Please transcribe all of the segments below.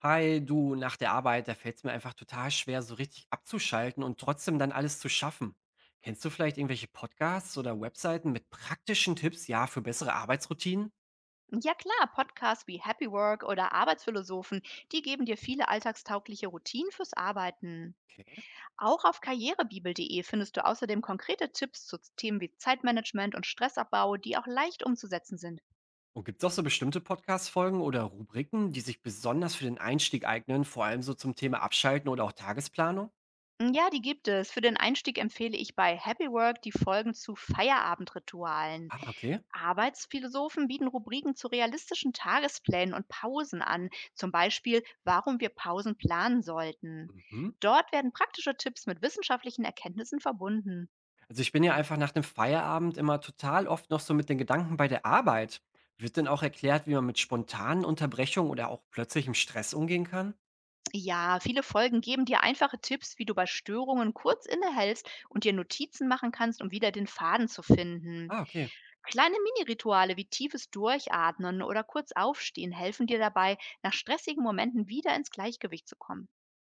Hi, du, nach der Arbeit, da fällt es mir einfach total schwer, so richtig abzuschalten und trotzdem dann alles zu schaffen. Kennst du vielleicht irgendwelche Podcasts oder Webseiten mit praktischen Tipps, ja, für bessere Arbeitsroutinen? Ja klar, Podcasts wie Happy Work oder Arbeitsphilosophen, die geben dir viele alltagstaugliche Routinen fürs Arbeiten. Okay. Auch auf karrierebibel.de findest du außerdem konkrete Tipps zu Themen wie Zeitmanagement und Stressabbau, die auch leicht umzusetzen sind. Und gibt es auch so bestimmte Podcast-Folgen oder Rubriken, die sich besonders für den Einstieg eignen, vor allem so zum Thema Abschalten oder auch Tagesplanung? Hm, ja, die gibt es. Für den Einstieg empfehle ich bei Happy Work die Folgen zu Feierabendritualen. Ah, okay. Arbeitsphilosophen bieten Rubriken zu realistischen Tagesplänen und Pausen an, zum Beispiel warum wir Pausen planen sollten. Mhm. Dort werden praktische Tipps mit wissenschaftlichen Erkenntnissen verbunden. Also ich bin ja einfach nach dem Feierabend immer total oft noch so mit den Gedanken bei der Arbeit. Wird denn auch erklärt, wie man mit spontanen Unterbrechungen oder auch plötzlichem Stress umgehen kann? Ja, viele Folgen geben dir einfache Tipps, wie du bei Störungen kurz innehältst und dir Notizen machen kannst, um wieder den Faden zu finden. Ah, okay, Kleine Mini-Rituale wie tiefes Durchatmen oder kurz aufstehen helfen dir dabei, nach stressigen Momenten wieder ins Gleichgewicht zu kommen.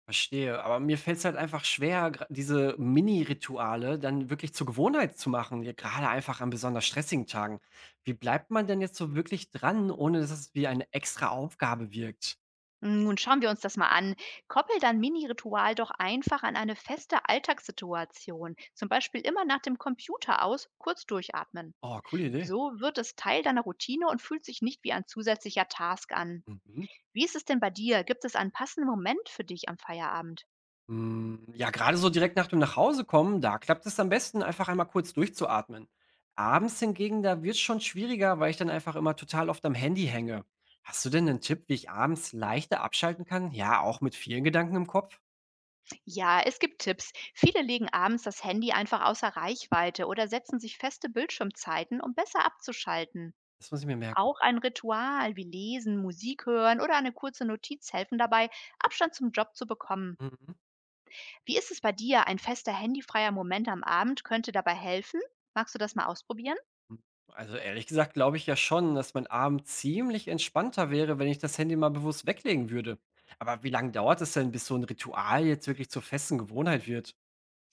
verstehe. Aber mir fällt es halt einfach schwer, gra diese Mini-Rituale dann wirklich zur Gewohnheit zu machen, ja gerade einfach an besonders stressigen Tagen. Wie bleibt man denn jetzt so wirklich dran, ohne dass es wie eine extra Aufgabe wirkt? Nun schauen wir uns das mal an. Koppel dein Mini-Ritual doch einfach an eine feste Alltagssituation, zum Beispiel immer nach dem Computer aus, kurz durchatmen. Oh, coole Idee. So wird es Teil deiner Routine und fühlt sich nicht wie ein zusätzlicher Task an. Mhm. Wie ist es denn bei dir? Gibt es einen passenden Moment für dich am Feierabend? Hm, ja, gerade so direkt nach dem Nachhausekommen, da klappt es am besten, einfach einmal kurz durchzuatmen. Abends hingegen, da wird es schon schwieriger, weil ich dann einfach immer total oft am Handy hänge. Hast du denn einen Tipp, wie ich abends leichter abschalten kann? Ja, auch mit vielen Gedanken im Kopf? Ja, es gibt Tipps. Viele legen abends das Handy einfach außer Reichweite oder setzen sich feste Bildschirmzeiten, um besser abzuschalten. Das muss ich mir merken. Auch ein Ritual wie Lesen, Musik hören oder eine kurze Notiz helfen dabei, Abstand zum Job zu bekommen. Mhm. Wie ist es bei dir? Ein fester handyfreier Moment am Abend könnte dabei helfen? Magst du das mal ausprobieren? Hm. Also, ehrlich gesagt glaube ich ja schon, dass mein Abend ziemlich entspannter wäre, wenn ich das Handy mal bewusst weglegen würde. Aber wie lange dauert es denn, bis so ein Ritual jetzt wirklich zur festen Gewohnheit wird?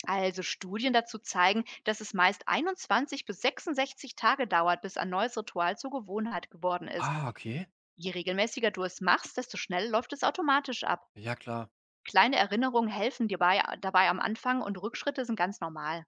Also Studien dazu zeigen, dass es meist 21 bis 66 Tage dauert, bis ein neues Ritual zur Gewohnheit geworden ist. Ah, okay. Je regelmäßiger du es machst, desto schneller läuft es automatisch ab. Ja, klar. Kleine Erinnerungen helfen dir bei, dabei am Anfang, und Rückschritte sind ganz normal.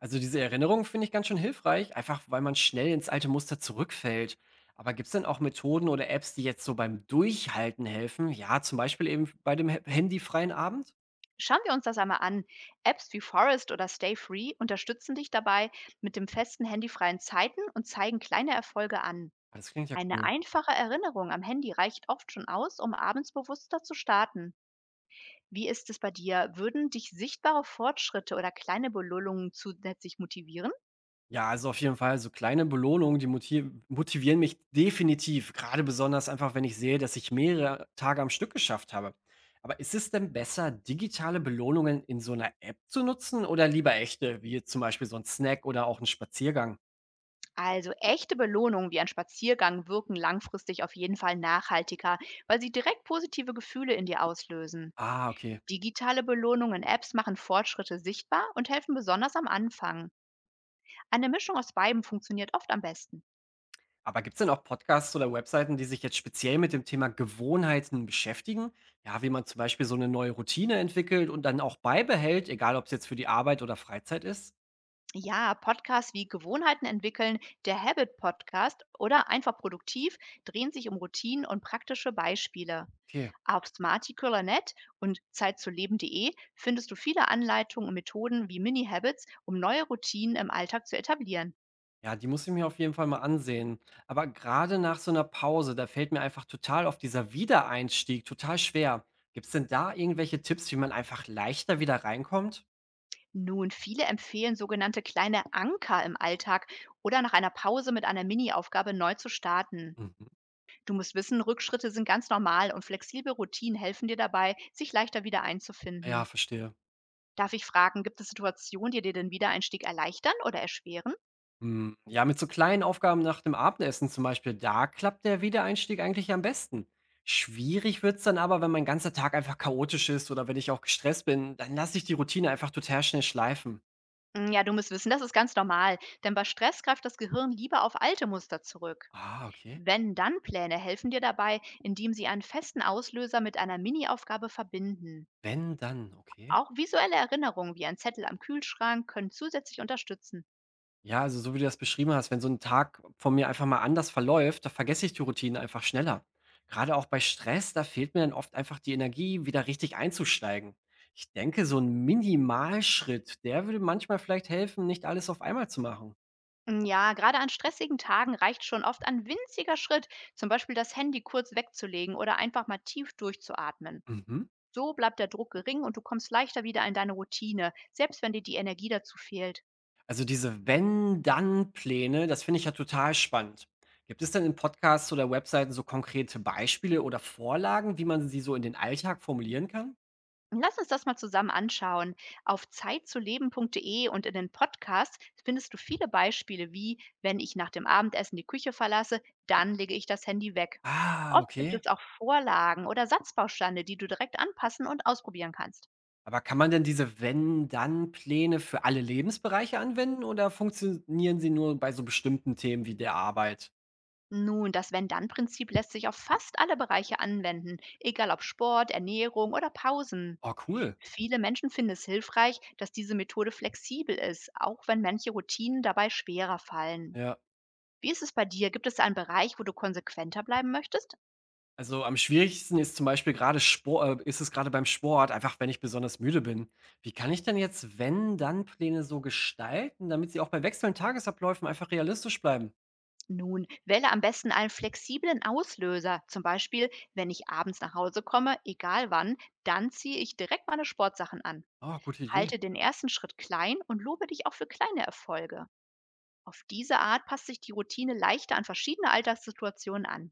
Also, diese Erinnerung finde ich ganz schön hilfreich, einfach weil man schnell ins alte Muster zurückfällt. Aber gibt es denn auch Methoden oder Apps, die jetzt so beim Durchhalten helfen? Ja, zum Beispiel eben bei dem ha handyfreien Abend? Schauen wir uns das einmal an. Apps wie Forest oder Stay Free unterstützen dich dabei mit dem festen handyfreien Zeiten und zeigen kleine Erfolge an. Ah, das klingt ja Eine cool. einfache Erinnerung am Handy reicht oft schon aus, um abends bewusster zu starten. Wie ist es bei dir? Würden dich sichtbare Fortschritte oder kleine Belohnungen zusätzlich motivieren? Ja, also auf jeden Fall so kleine Belohnungen, die motivieren mich definitiv, gerade besonders einfach, wenn ich sehe, dass ich mehrere Tage am Stück geschafft habe. Aber ist es denn besser, digitale Belohnungen in so einer App zu nutzen oder lieber echte, wie jetzt zum Beispiel so ein Snack oder auch ein Spaziergang? Also echte Belohnungen wie ein Spaziergang wirken langfristig auf jeden Fall nachhaltiger, weil sie direkt positive Gefühle in dir auslösen. Ah, okay. Digitale Belohnungen in Apps machen Fortschritte sichtbar und helfen besonders am Anfang. Eine Mischung aus beidem funktioniert oft am besten. Aber gibt's denn auch Podcasts oder Webseiten, die sich jetzt speziell mit dem Thema Gewohnheiten beschäftigen? Ja, wie man zum Beispiel so eine neue Routine entwickelt und dann auch beibehält, egal ob es jetzt für die Arbeit oder Freizeit ist? Ja, Podcasts wie Gewohnheiten entwickeln, der Habit Podcast oder einfach produktiv drehen sich um Routinen und praktische Beispiele. Okay. Auf smarticular.net und zeitzuleben.de findest du viele Anleitungen und Methoden wie Mini-Habits, um neue Routinen im Alltag zu etablieren. Ja, die muss ich mir auf jeden Fall mal ansehen. Aber gerade nach so einer Pause, da fällt mir einfach total auf dieser Wiedereinstieg total schwer. Gibt's denn da irgendwelche Tipps, wie man einfach leichter wieder reinkommt? Nun, viele empfehlen sogenannte kleine Anker im Alltag oder nach einer Pause mit einer Mini-Aufgabe neu zu starten. Mhm. Du musst wissen, Rückschritte sind ganz normal und flexible Routinen helfen dir dabei, sich leichter wieder Ja, einzufinden. verstehe. Darf ich fragen, gibt es Situationen, die dir den Wiedereinstieg erleichtern oder erschweren? Hm, ja, mit so kleinen Aufgaben nach dem Abendessen zum Beispiel, da klappt der Wiedereinstieg eigentlich am besten. Schwierig wird's dann aber, wenn mein ganzer Tag einfach chaotisch ist oder wenn ich auch gestresst bin, dann lasse ich die Routine einfach total schnell schleifen. Ja, du musst wissen, das ist ganz normal, denn bei Stress greift das Gehirn lieber auf alte Muster zurück. Ah, okay. Wenn dann Pläne helfen dir dabei, indem sie einen festen Auslöser mit einer Mini-Aufgabe verbinden. Wenn, dann, okay. Auch visuelle Erinnerungen wie ein Zettel am Kühlschrank können zusätzlich unterstützen. Ja, also so wie du das beschrieben hast, wenn so ein Tag von mir einfach mal anders verläuft, da vergesse ich die Routinen einfach schneller. Gerade auch bei Stress, da fehlt mir dann oft einfach die Energie, wieder richtig einzusteigen. Ich denke, so ein Minimalschritt, der würde manchmal vielleicht helfen, nicht alles auf einmal zu machen. Ja, gerade an stressigen Tagen reicht schon oft ein winziger Schritt, zum Beispiel das Handy kurz wegzulegen oder einfach mal tief durchzuatmen. Mhm. So bleibt der Druck gering und du kommst leichter wieder in deine Routine, selbst wenn dir die Energie dazu fehlt. Also diese Wenn-Dann-Pläne, das finde ich ja total spannend. Gibt es denn in Podcasts oder Webseiten so konkrete Beispiele oder Vorlagen, wie man sie so in den Alltag formulieren kann? Lass uns das mal zusammen anschauen. Auf zeitzuleben.de und in den Podcasts findest du viele Beispiele wie: Wenn ich nach dem Abendessen die Küche verlasse, dann lege ich das Handy weg. Ah, Oft gibt okay. es auch Vorlagen oder Satzbausteine, die du direkt anpassen und ausprobieren kannst. Aber kann man denn diese Wenn-Dann-Pläne für alle Lebensbereiche anwenden oder funktionieren sie nur bei so bestimmten Themen wie der Arbeit? Nun, das Wenn-Dann-Prinzip lässt sich auf fast alle Bereiche anwenden, egal ob Sport, Ernährung oder Pausen. Oh, cool. Viele Menschen finden es hilfreich, dass diese Methode flexibel ist, auch wenn manche Routinen dabei schwerer fallen. Ja. Wie ist es bei dir? Gibt es einen Bereich, wo du konsequenter bleiben möchtest? Also am schwierigsten ist zum Beispiel gerade Sport. Ist es gerade beim Sport, einfach wenn ich besonders müde bin. Wie kann ich denn jetzt Wenn-Dann-Pläne so gestalten, damit sie auch bei wechselnden Tagesabläufen einfach realistisch bleiben? Nun, wähle am besten einen flexiblen Auslöser. Zum Beispiel, wenn ich abends nach Hause komme, egal wann, dann ziehe ich direkt meine Sportsachen an. Oh, gute Idee. Halte den ersten Schritt klein und lobe dich auch für kleine Erfolge. Auf diese Art passt sich die Routine leichter an verschiedene Alltagssituationen an.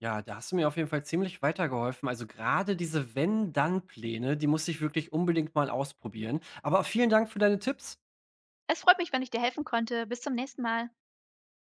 Ja, da hast du mir auf jeden Fall ziemlich weitergeholfen. Also gerade diese Wenn-Dann-Pläne, die muss ich wirklich unbedingt mal ausprobieren. Aber vielen Dank für deine Tipps. Es freut mich, wenn ich dir helfen konnte. Bis zum nächsten Mal.